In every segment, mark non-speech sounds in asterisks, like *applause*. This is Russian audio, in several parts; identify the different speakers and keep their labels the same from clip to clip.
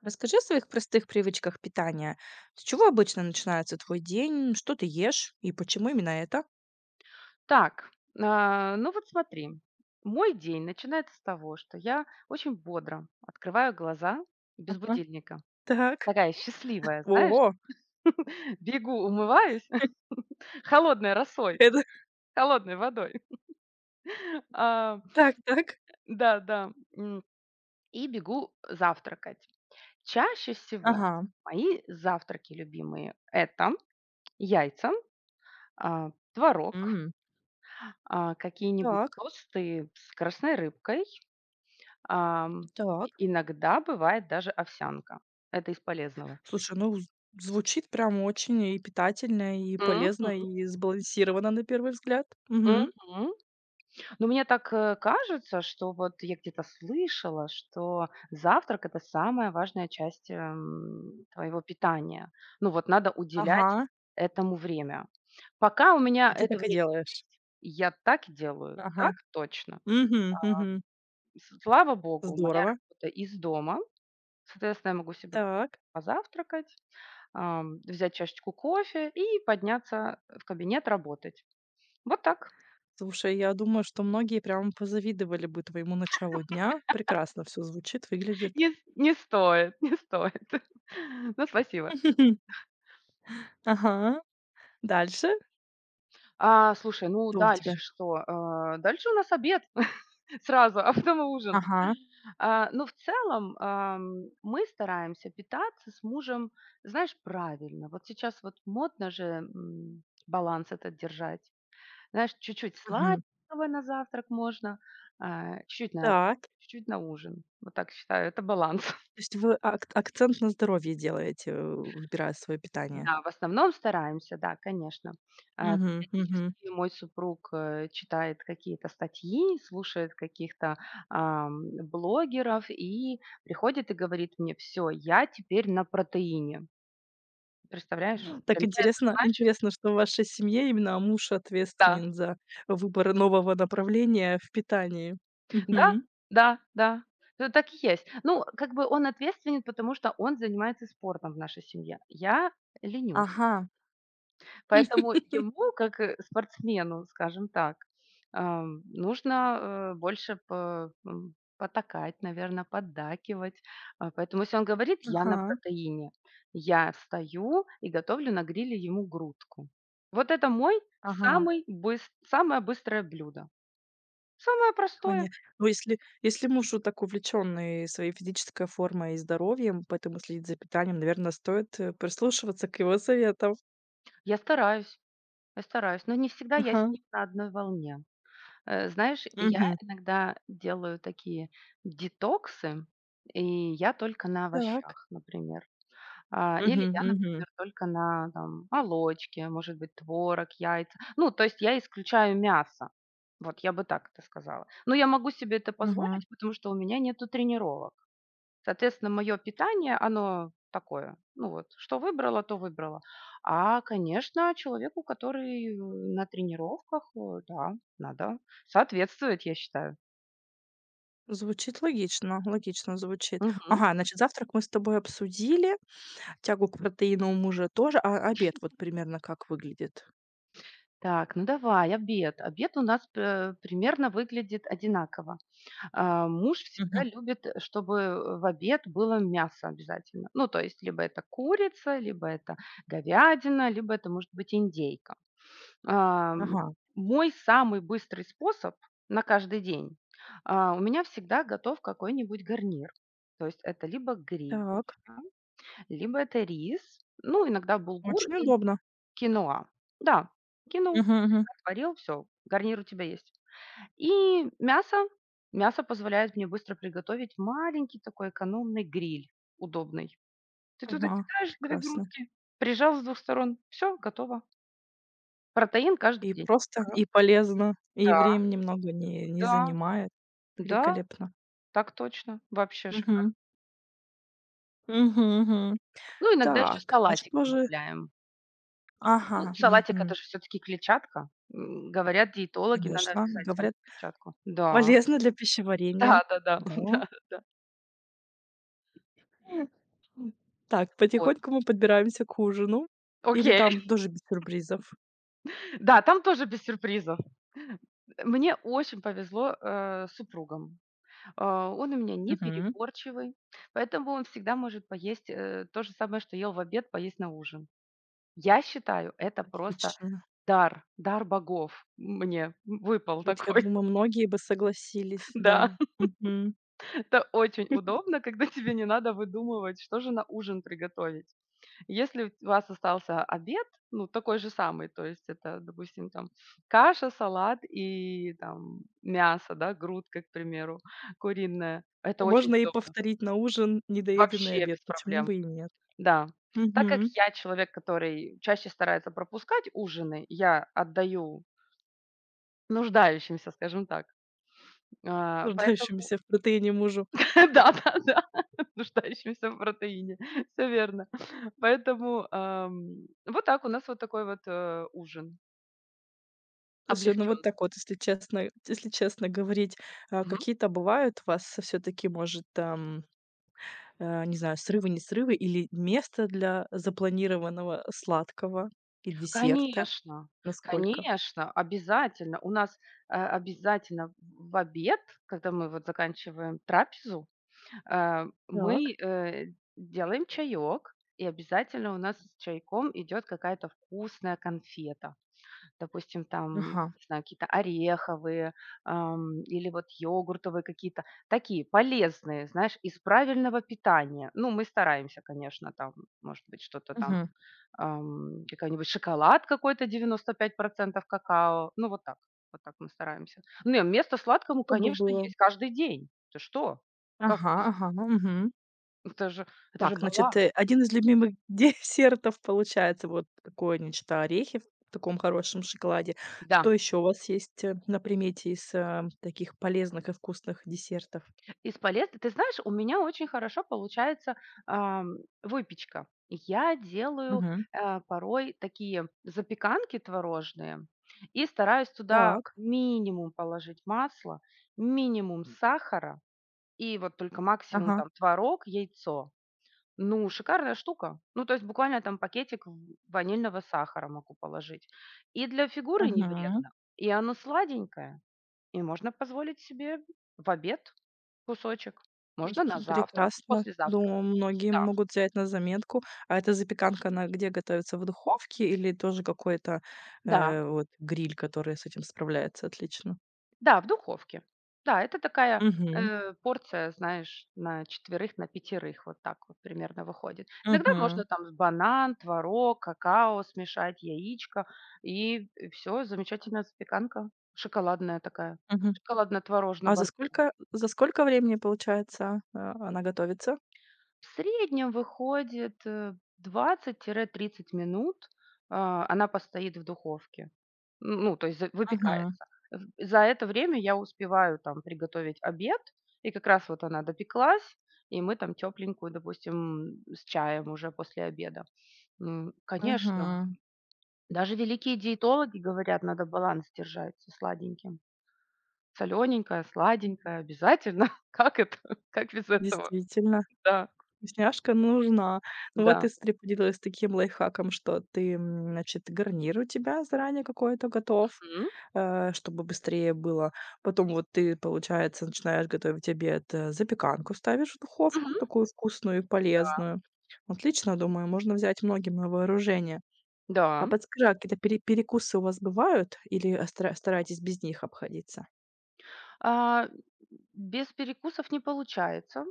Speaker 1: Расскажи о своих простых привычках питания. С чего обычно начинается твой день? Что ты ешь и почему именно это?
Speaker 2: Так, ну вот смотри, мой день начинается с того, что я очень бодро открываю глаза без
Speaker 1: Ага,
Speaker 2: будильника.
Speaker 1: так.
Speaker 2: Такая счастливая, знаешь,
Speaker 1: Ого!
Speaker 2: *laughs* бегу, умываюсь
Speaker 1: *laughs*
Speaker 2: *laughs* холодной росой,
Speaker 1: Это
Speaker 2: холодной водой. *laughs* А,
Speaker 1: так, так.
Speaker 2: Да, да. И бегу завтракать. Чаще всего
Speaker 1: Ага.
Speaker 2: мои завтраки любимые– это яйца, творог,
Speaker 1: М.
Speaker 2: какие-нибудь
Speaker 1: Так,
Speaker 2: тосты с красной рыбкой. Ам,
Speaker 1: так.
Speaker 2: Иногда бывает даже овсянка. Это из полезного.
Speaker 1: Слушай, ну, звучит прям очень и питательно, и
Speaker 2: Мгм,
Speaker 1: полезно, и сбалансировано на первый взгляд. Мгм.
Speaker 2: мгм. Но мне так, кажется, что вот я где-то слышала, что завтрак- это самая важная часть, твоего питания. Ну вот надо уделять
Speaker 1: Ага.
Speaker 2: этому время. Пока у меня
Speaker 1: И ты
Speaker 2: это
Speaker 1: так и
Speaker 2: время
Speaker 1: делаешь.
Speaker 2: есть, я так делаю.
Speaker 1: Ага.
Speaker 2: Так точно.
Speaker 1: Угу, угу.
Speaker 2: Слава богу, моя
Speaker 1: Здорово.
Speaker 2: работа из дома. Соответственно, я могу себе
Speaker 1: Так.
Speaker 2: позавтракать, взять чашечку кофе и подняться в кабинет работать. Вот так.
Speaker 1: Слушай, я думаю, что многие прям позавидовали бы твоему началу дня. Прекрасно все звучит, выглядит.
Speaker 2: Не, не стоит, *laughs* не стоит. *laughs* Ну, спасибо.
Speaker 1: *laughs* Ага. Дальше?
Speaker 2: Слушай, ну
Speaker 1: Что у тебя?
Speaker 2: дальше что? Дальше у нас обед *laughs* сразу, а потом и ужин.
Speaker 1: Ага.
Speaker 2: Но в целом, мы стараемся питаться с мужем, знаешь, правильно. Вот сейчас вот модно же, баланс этот держать. Знаешь, чуть-чуть
Speaker 1: Мгм.
Speaker 2: сладкого на завтрак можно, чуть-чуть на обед,
Speaker 1: Так.
Speaker 2: чуть-чуть на ужин. Вот так считаю, это баланс.
Speaker 1: То
Speaker 2: *laughs*
Speaker 1: есть вы ак акцент на здоровье делаете, выбирая свое питание?
Speaker 2: Да, в основном стараемся, да, конечно.
Speaker 1: Мгм, мгм.
Speaker 2: Периодически мой супруг, читает какие-то статьи, слушает каких-то ам, блогеров и приходит и говорит мне: «Все, я теперь на протеине». Представляешь? Для
Speaker 1: Так
Speaker 2: меня это
Speaker 1: интересно
Speaker 2: значит
Speaker 1: интересно, что в вашей семье именно муж
Speaker 2: да.
Speaker 1: ответственен за выбор нового направления в питании.
Speaker 2: Да,
Speaker 1: Мгм.
Speaker 2: да, да, так и есть. Ну, как бы он ответственен, потому что он занимается спортом в нашей семье. Я ленюсь.
Speaker 1: Ага,
Speaker 2: Поэтому ему, как спортсмену, скажем так, нужно, больше потакать, наверное, поддакивать. Поэтому если он говорит: «Я на
Speaker 1: ага,
Speaker 2: протеине», я встаю и готовлю на гриле ему грудку. Вот это мой
Speaker 1: ага.
Speaker 2: самый быс самое быстрое блюдо. Самое простое.
Speaker 1: Коне Ну, если муж вот так увлеченный своей физической формой и здоровьем, поэтому следит за питанием, наверное, стоит, прислушиваться к его советам.
Speaker 2: Я стараюсь. Я стараюсь, но не всегда я с
Speaker 1: Ага.
Speaker 2: ним на одной волне. Знаешь, я
Speaker 1: Мгм.
Speaker 2: иногда делаю такие детоксы, и я только на
Speaker 1: Так.
Speaker 2: овощах, например.
Speaker 1: Мгм,
Speaker 2: Или я,
Speaker 1: мгм,
Speaker 2: например, только на там молочке, может быть, творог, яйца. Ну, то есть я исключаю мясо. Вот я бы так это сказала. Но я могу себе это
Speaker 1: мгм.
Speaker 2: позволить, потому что у меня нету тренировок. Соответственно, мое питание, оно такое, ну вот, что выбрала, то выбрала. Конечно, человеку, который на тренировках, да, надо соответствовать, я считаю.
Speaker 1: Звучит логично, логично звучит.
Speaker 2: Мгм.
Speaker 1: Ага, значит, завтрак мы с тобой обсудили, тягу к протеину у мужа тоже, а обед вот примерно как выглядит?
Speaker 2: Так, ну давай, обед. Обед у нас, примерно выглядит одинаково. Муж всегда
Speaker 1: Мгм.
Speaker 2: любит, чтобы в обед было мясо обязательно. Ну, то есть, либо это курица, либо это говядина, либо это может быть индейка. Ам,
Speaker 1: Ага.
Speaker 2: Мой самый быстрый способ на каждый день, у меня всегда готов какой-нибудь гарнир. То есть это либо
Speaker 1: Так.
Speaker 2: гречка, либо это рис, ну, иногда булгур
Speaker 1: Очень
Speaker 2: или
Speaker 1: удобно.
Speaker 2: киноа. Да, кинул,
Speaker 1: Мгм, мгм.
Speaker 2: отварил, все, гарнир у тебя есть. И мясо. Мясо позволяет мне быстро приготовить маленький такой экономный гриль, удобный. Ты туда
Speaker 1: Ага.
Speaker 2: кидаешь 2
Speaker 1: Прекрасно.
Speaker 2: грудки, прижал с двух сторон, все, готово. Протеин каждый
Speaker 1: И
Speaker 2: день.
Speaker 1: просто,
Speaker 2: Ага.
Speaker 1: и полезно, и времени много не
Speaker 2: Да,
Speaker 1: занимает.
Speaker 2: да,
Speaker 1: Великолепно.
Speaker 2: так точно. Вообще шикарно.
Speaker 1: Мгм. Мгм, мгм.
Speaker 2: Ну, иногда еще
Speaker 1: Так, а
Speaker 2: салатик
Speaker 1: что же.
Speaker 2: добавляем.
Speaker 1: Ага,
Speaker 2: Ну, салатик-
Speaker 1: мгм.
Speaker 2: это же все таки клетчатка. Говорят диетологи, надо
Speaker 1: Конечно,
Speaker 2: обязательно
Speaker 1: говорят,
Speaker 2: клетчатку. Да.
Speaker 1: полезно для пищеварения.
Speaker 2: Да-да-да, да да *laughs*
Speaker 1: Да.
Speaker 2: да, да.
Speaker 1: *laughs* Так,
Speaker 2: Вот.
Speaker 1: потихоньку мы подбираемся к ужину. Или
Speaker 2: Окей.
Speaker 1: там
Speaker 2: *laughs*
Speaker 1: тоже без сюрпризов?
Speaker 2: Да, там тоже без сюрпризов. Мне очень повезло, с супругом. Он у меня не
Speaker 1: Мгм.
Speaker 2: непереборчивый, поэтому он всегда может поесть, то же самое, что ел в обед, поесть на ужин. Я считаю, это просто
Speaker 1: Отлично.
Speaker 2: дар, дар богов мне выпал
Speaker 1: Вот я
Speaker 2: такой,
Speaker 1: думаю, многие бы согласились,
Speaker 2: *laughs*
Speaker 1: да.
Speaker 2: да.
Speaker 1: Мгм.
Speaker 2: Это очень удобно, когда тебе не надо выдумывать, что же на ужин приготовить. Если у вас остался обед, ну, такой же самый, то есть это, допустим, там каша, салат и там мясо, да, грудка, к примеру, куриная. Это очень
Speaker 1: Можно и
Speaker 2: удобно,
Speaker 1: повторить на ужин недоеденный
Speaker 2: вообще
Speaker 1: обед,
Speaker 2: без
Speaker 1: почему
Speaker 2: проблем,
Speaker 1: бы и нет?
Speaker 2: да. Так как
Speaker 1: Мгм.
Speaker 2: я человек, который чаще старается пропускать ужины, я отдаю нуждающимся, скажем так. Поэтому
Speaker 1: Нуждающемуся в протеине мужу.
Speaker 2: *laughs* да-да-да, *laughs* нуждающимся в протеине. *laughs* Всё верно. Поэтому, вот так у нас вот такой вот, ужин
Speaker 1: Слушай, ну вот
Speaker 2: облегченный.
Speaker 1: так вот, если честно говорить, а
Speaker 2: Мгм.
Speaker 1: какие-то бывают у вас все таки может, там, не знаю, срывы, не срывы или место для запланированного сладкого и десерта?
Speaker 2: Конечно,
Speaker 1: Насколько?
Speaker 2: конечно, обязательно. У нас, обязательно в обед, когда мы вот заканчиваем трапезу, мы,
Speaker 1: Так.
Speaker 2: делаем чаёк, и обязательно у нас с чайком идет какая-то вкусная конфета. Допустим, там,
Speaker 1: Ага.
Speaker 2: не знаю, какие-то ореховые, или вот йогуртовые какие-то, такие полезные, знаешь, из правильного питания. Ну, мы стараемся, конечно, там, может быть, что-то там,
Speaker 1: Угу.
Speaker 2: какой-нибудь шоколад какой-то 95% какао. Ну, вот так, вот так мы стараемся. Ну и место сладкому,
Speaker 1: Что
Speaker 2: конечно,
Speaker 1: было?
Speaker 2: есть каждый день. Ты что? Как
Speaker 1: Ага,
Speaker 2: без?
Speaker 1: ага, Угу.
Speaker 2: Это же это же
Speaker 1: Так, значит,
Speaker 2: баланс.
Speaker 1: 1 из любимых *laughs* десертов получается вот такое нечто, орехи в таком хорошем шоколаде. Что
Speaker 2: Да.
Speaker 1: еще у вас есть, на примете из, таких полезных и вкусных десертов?
Speaker 2: Из полез Ты знаешь, у меня очень хорошо получается, ам, выпечка. Я делаю,
Speaker 1: Мгм.
Speaker 2: порой такие запеканки творожные и стараюсь туда
Speaker 1: Так.
Speaker 2: минимум положить масла, минимум сахара и вот только максимум
Speaker 1: Ага.
Speaker 2: там творог, яйцо. Ну, шикарная штука. Ну, то есть буквально там пакетик в ванильного сахара могу положить. И для фигуры не
Speaker 1: Мгм.
Speaker 2: вредно, и оно сладенькое. И можно позволить себе в обед кусочек,
Speaker 1: М,
Speaker 2: можно на завтрак,
Speaker 1: Прекрасно.
Speaker 2: после завтрака.
Speaker 1: Думаю, многие
Speaker 2: Да,
Speaker 1: могут взять на заметку. А эта запеканка, она где готовится? В духовке или тоже какой-то,
Speaker 2: да,
Speaker 1: вот гриль, который с этим справляется отлично?
Speaker 2: да, в духовке. Да, это такая,
Speaker 1: Мгм.
Speaker 2: порция, знаешь, на четверых, на пятерых, вот так вот примерно выходит. Иногда можно
Speaker 1: Мгм.
Speaker 2: там банан, творог, какао смешать, яичко, и все замечательная запеканка шоколадная такая,
Speaker 1: Мгм. А за
Speaker 2: шоколадно-творожно-банановая.
Speaker 1: сколько за сколько времени, получается, она готовится?
Speaker 2: В среднем выходит, 20-30 минут, она постоит в духовке. Ну, то есть за
Speaker 1: Мгм,
Speaker 2: выпекается. В За это время я успеваю там приготовить обед, и как раз вот она допеклась, и мы там тепленькую, допустим, с чаем уже после обеда. Конечно,
Speaker 1: мгм.
Speaker 2: даже великие диетологи говорят, надо баланс держать со сладеньким. Солененькое, сладенькое обязательно. *laughs* Как это? Как без этого?
Speaker 1: Действительно,
Speaker 2: Да,
Speaker 1: вкусняшка нужна. Ну вот
Speaker 2: да.
Speaker 1: ты, смотри, поделилась таким лайфхаком, что ты, значит, гарнир у тебя заранее какой-то готов, чтобы быстрее было. Потом вот ты, получается, начинаешь готовить обед, запеканку ставишь в духовку,
Speaker 2: Мгм.
Speaker 1: такую вкусную и полезную. Отлично, думаю, можно взять многим на вооружение. А
Speaker 2: Да,
Speaker 1: подскажи, а какие-то перекусы у вас бывают или, стараетесь без них обходиться?
Speaker 2: а, без перекусов не получается.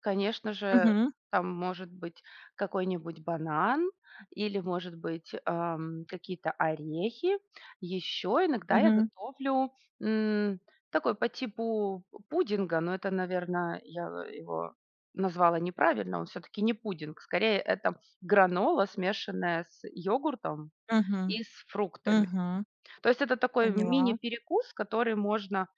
Speaker 2: Конечно же,
Speaker 1: Мгм,
Speaker 2: там может быть какой-нибудь банан или, может быть, какие-то орехи. Еще иногда я
Speaker 1: мгм,
Speaker 2: готовлю, м, такой по типу пудинга, но это, наверное, я его назвала неправильно, он все-таки не пудинг, скорее это гранола, смешанная с йогуртом
Speaker 1: мгм,
Speaker 2: и с фруктами.
Speaker 1: мгм.
Speaker 2: То есть это такой
Speaker 1: Поняла.
Speaker 2: мини-перекус, который можно.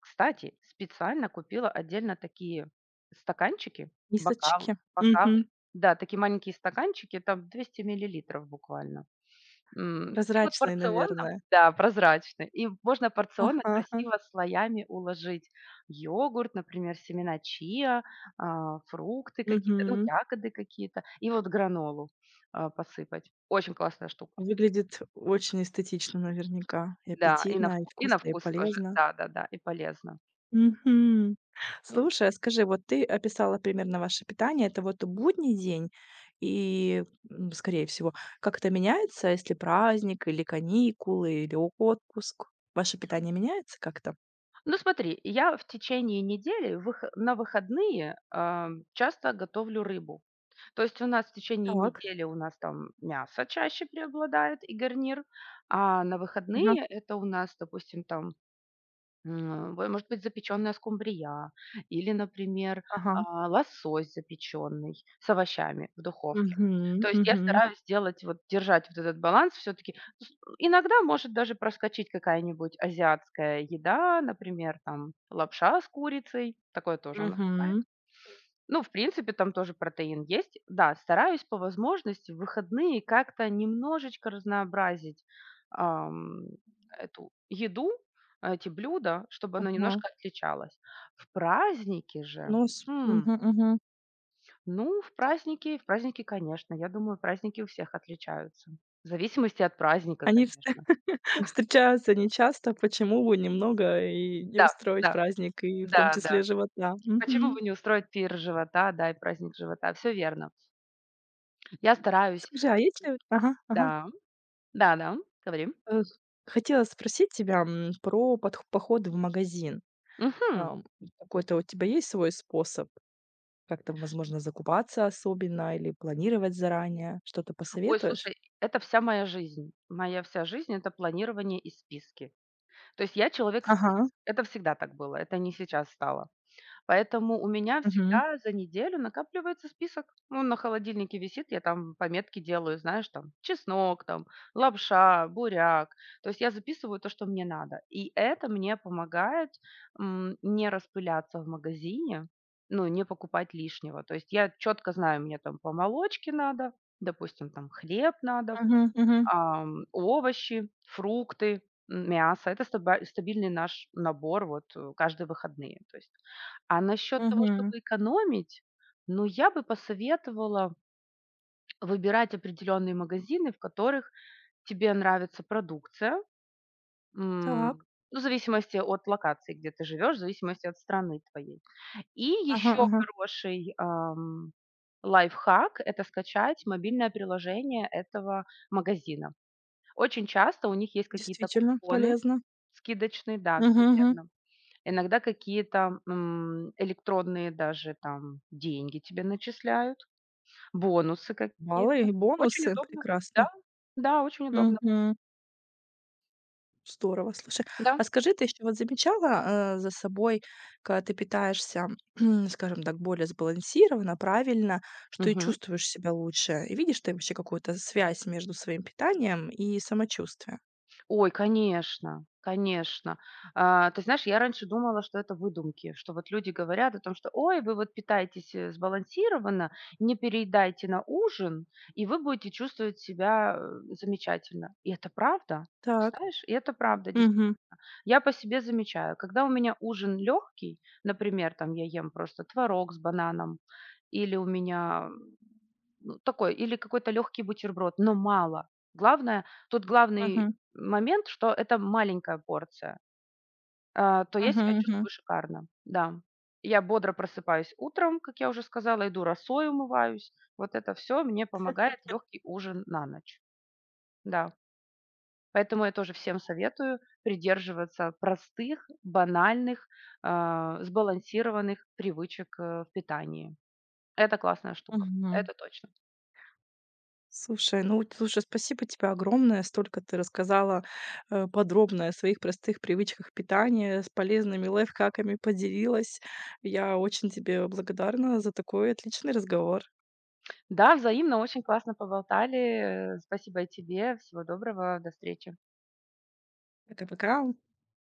Speaker 2: Кстати, специально купила отдельно такие стаканчики, бокалы,
Speaker 1: Мисочки. Мгм.
Speaker 2: бокалы. Да, такие маленькие стаканчики, там 200 миллилитров буквально. И вот
Speaker 1: Прозрачные,
Speaker 2: порционно,
Speaker 1: наверное.
Speaker 2: да, прозрачные. И можно порционно
Speaker 1: Ага, ага.
Speaker 2: красиво слоями уложить йогурт, например, семена чиа, фрукты какие-то, ну,
Speaker 1: Мгм.
Speaker 2: ягоды какие-то, и вот гранолу, посыпать. Очень классная штука.
Speaker 1: Выглядит очень эстетично наверняка. И
Speaker 2: Да,
Speaker 1: аппетитно, и
Speaker 2: и на
Speaker 1: вкусно, и
Speaker 2: вкус тоже.
Speaker 1: полезно.
Speaker 2: Да-да-да, и полезно.
Speaker 1: Мгм. Слушай, а скажи, вот ты описала примерно ваше питание. Это вот будний день и, скорее всего, как это меняется, если праздник или каникулы, или отпуск? Ваше питание меняется как-то?
Speaker 2: Ну, смотри, я в течение недели на выходные, часто готовлю рыбу. То есть у нас в течение
Speaker 1: Так.
Speaker 2: недели у нас там мясо чаще преобладает и гарнир, а на
Speaker 1: Ага.
Speaker 2: выходные это у нас, допустим, там. Во Может быть, запеченная скумбрия или, например,
Speaker 1: Ага.
Speaker 2: лосось запеченный с овощами в духовке.
Speaker 1: Мгм.
Speaker 2: То есть я
Speaker 1: Мгм.
Speaker 2: стараюсь делать, вот держать вот этот баланс все таки иногда может даже проскочить какая-нибудь азиатская еда, например, там лапша с курицей. Такое тоже у нас бывает.
Speaker 1: Мгм.
Speaker 2: Ну, в принципе, там тоже протеин есть. Да, стараюсь по возможности в выходные как-то немножечко разнообразить, ам, эту еду, эти блюда, чтобы оно
Speaker 1: Ага.
Speaker 2: немножко отличалось. В праздники же,
Speaker 1: Ну, с
Speaker 2: м,
Speaker 1: мгм, мгм.
Speaker 2: ну, в праздники, конечно, я думаю, праздники у всех отличаются. В зависимости от праздника,
Speaker 1: Они вст
Speaker 2: конечно.
Speaker 1: *laughs* встречаются нечасто. Почему бы немного и не
Speaker 2: Да,
Speaker 1: устроить
Speaker 2: да,
Speaker 1: праздник, и в том
Speaker 2: да,
Speaker 1: числе
Speaker 2: да.
Speaker 1: живота?
Speaker 2: Почему
Speaker 1: Мгм.
Speaker 2: бы не устроить пир живота, да, и праздник живота? Все верно. Я стараюсь.
Speaker 1: Скажи, а есть ли. Ага, ага.
Speaker 2: Да, да-да, говорим.
Speaker 1: Э, хотела спросить тебя, про подх походы в магазин.
Speaker 2: Мгм.
Speaker 1: Ам, какой-то у тебя есть свой способ как-то, возможно, закупаться особенно или планировать заранее? Что-то
Speaker 2: Ой,
Speaker 1: посоветуешь?
Speaker 2: слушай, это вся моя жизнь. Моя вся жизнь- это планирование и списки. То есть я человек
Speaker 1: Ага.
Speaker 2: список. Это всегда так было, это не сейчас стало. Поэтому у меня
Speaker 1: Мгм.
Speaker 2: всегда за неделю накапливается список. Он на холодильнике висит, я там пометки делаю, знаешь, там чеснок, там лапша, буряк. То есть я записываю то, что мне надо. И это мне помогает, не распыляться в магазине, ну, не покупать лишнего. То есть я четко знаю, мне там по молочке надо, допустим, там хлеб надо,
Speaker 1: Мгм, мгм,
Speaker 2: Овощи, фрукты, мясо. Это стаба стабильный наш набор вот, каждые выходные, то есть. А насчет того,
Speaker 1: мгм.
Speaker 2: чтобы экономить, ну, я бы посоветовала выбирать определенные магазины, в которых тебе нравится продукция, м,
Speaker 1: Так.
Speaker 2: ну, в зависимости от локации, где ты живешь, в зависимости от страны твоей. И
Speaker 1: Ага,
Speaker 2: еще
Speaker 1: ага.
Speaker 2: хороший, лайфхак- это скачать мобильное приложение этого магазина. Очень часто у них есть какие-то
Speaker 1: Действительно
Speaker 2: купоны
Speaker 1: полезно.
Speaker 2: скидочные, да, все
Speaker 1: Мгм.
Speaker 2: верно. Иногда какие-то, электронные даже там деньги тебе начисляют, бонусы
Speaker 1: Баллы
Speaker 2: какие-то.
Speaker 1: и
Speaker 2: Очень
Speaker 1: бонусы.
Speaker 2: удобно.
Speaker 1: Прекрасно.
Speaker 2: Да, да, очень удобно.
Speaker 1: Мгм. Здорово, слушай.
Speaker 2: Да.
Speaker 1: А скажи, ты еще вот замечала, за собой, когда ты питаешься, *clears throat* скажем так, более сбалансированно, правильно, что и
Speaker 2: Мгм.
Speaker 1: чувствуешь себя лучше? И видишь ты вообще какую-то связь между своим питанием и самочувствием?
Speaker 2: Ой, конечно, конечно. Ты знаешь, я раньше думала, что это выдумки, что вот люди говорят о том, что, ой, вы вот питаетесь, сбалансированно, не переедайте на ужин, и вы будете чувствовать себя, замечательно. И это правда, ты
Speaker 1: Так.
Speaker 2: знаешь, и это правда,
Speaker 1: Угу.
Speaker 2: я по себе замечаю, когда у меня ужин легкий, например, там я ем просто творог с бананом, или у меня, ну, такой, или какой-то легкий бутерброд, но мало. Главное, тут главный
Speaker 1: Угу.
Speaker 2: момент, что это маленькая порция, то я
Speaker 1: Угу.
Speaker 2: себя
Speaker 1: Угу.
Speaker 2: чувствую шикарно, да. Я бодро просыпаюсь утром, как я уже сказала, иду росой умываюсь. Вот это все мне помогает легкий ужин на ночь. Да. Поэтому я тоже всем советую придерживаться простых, банальных, сбалансированных привычек, в питании. Это классная штука,
Speaker 1: Мгм.
Speaker 2: это точно.
Speaker 1: Слушай, ну вот слушай, спасибо тебе огромное. Столько ты рассказала, подробно о своих простых привычках питания, с полезными лайфхаками поделилась. Я очень тебе благодарна за такой отличный разговор.
Speaker 2: Да, взаимно, очень классно поболтали. Спасибо и тебе. Всего доброго, до встречи.
Speaker 1: Пока-пока.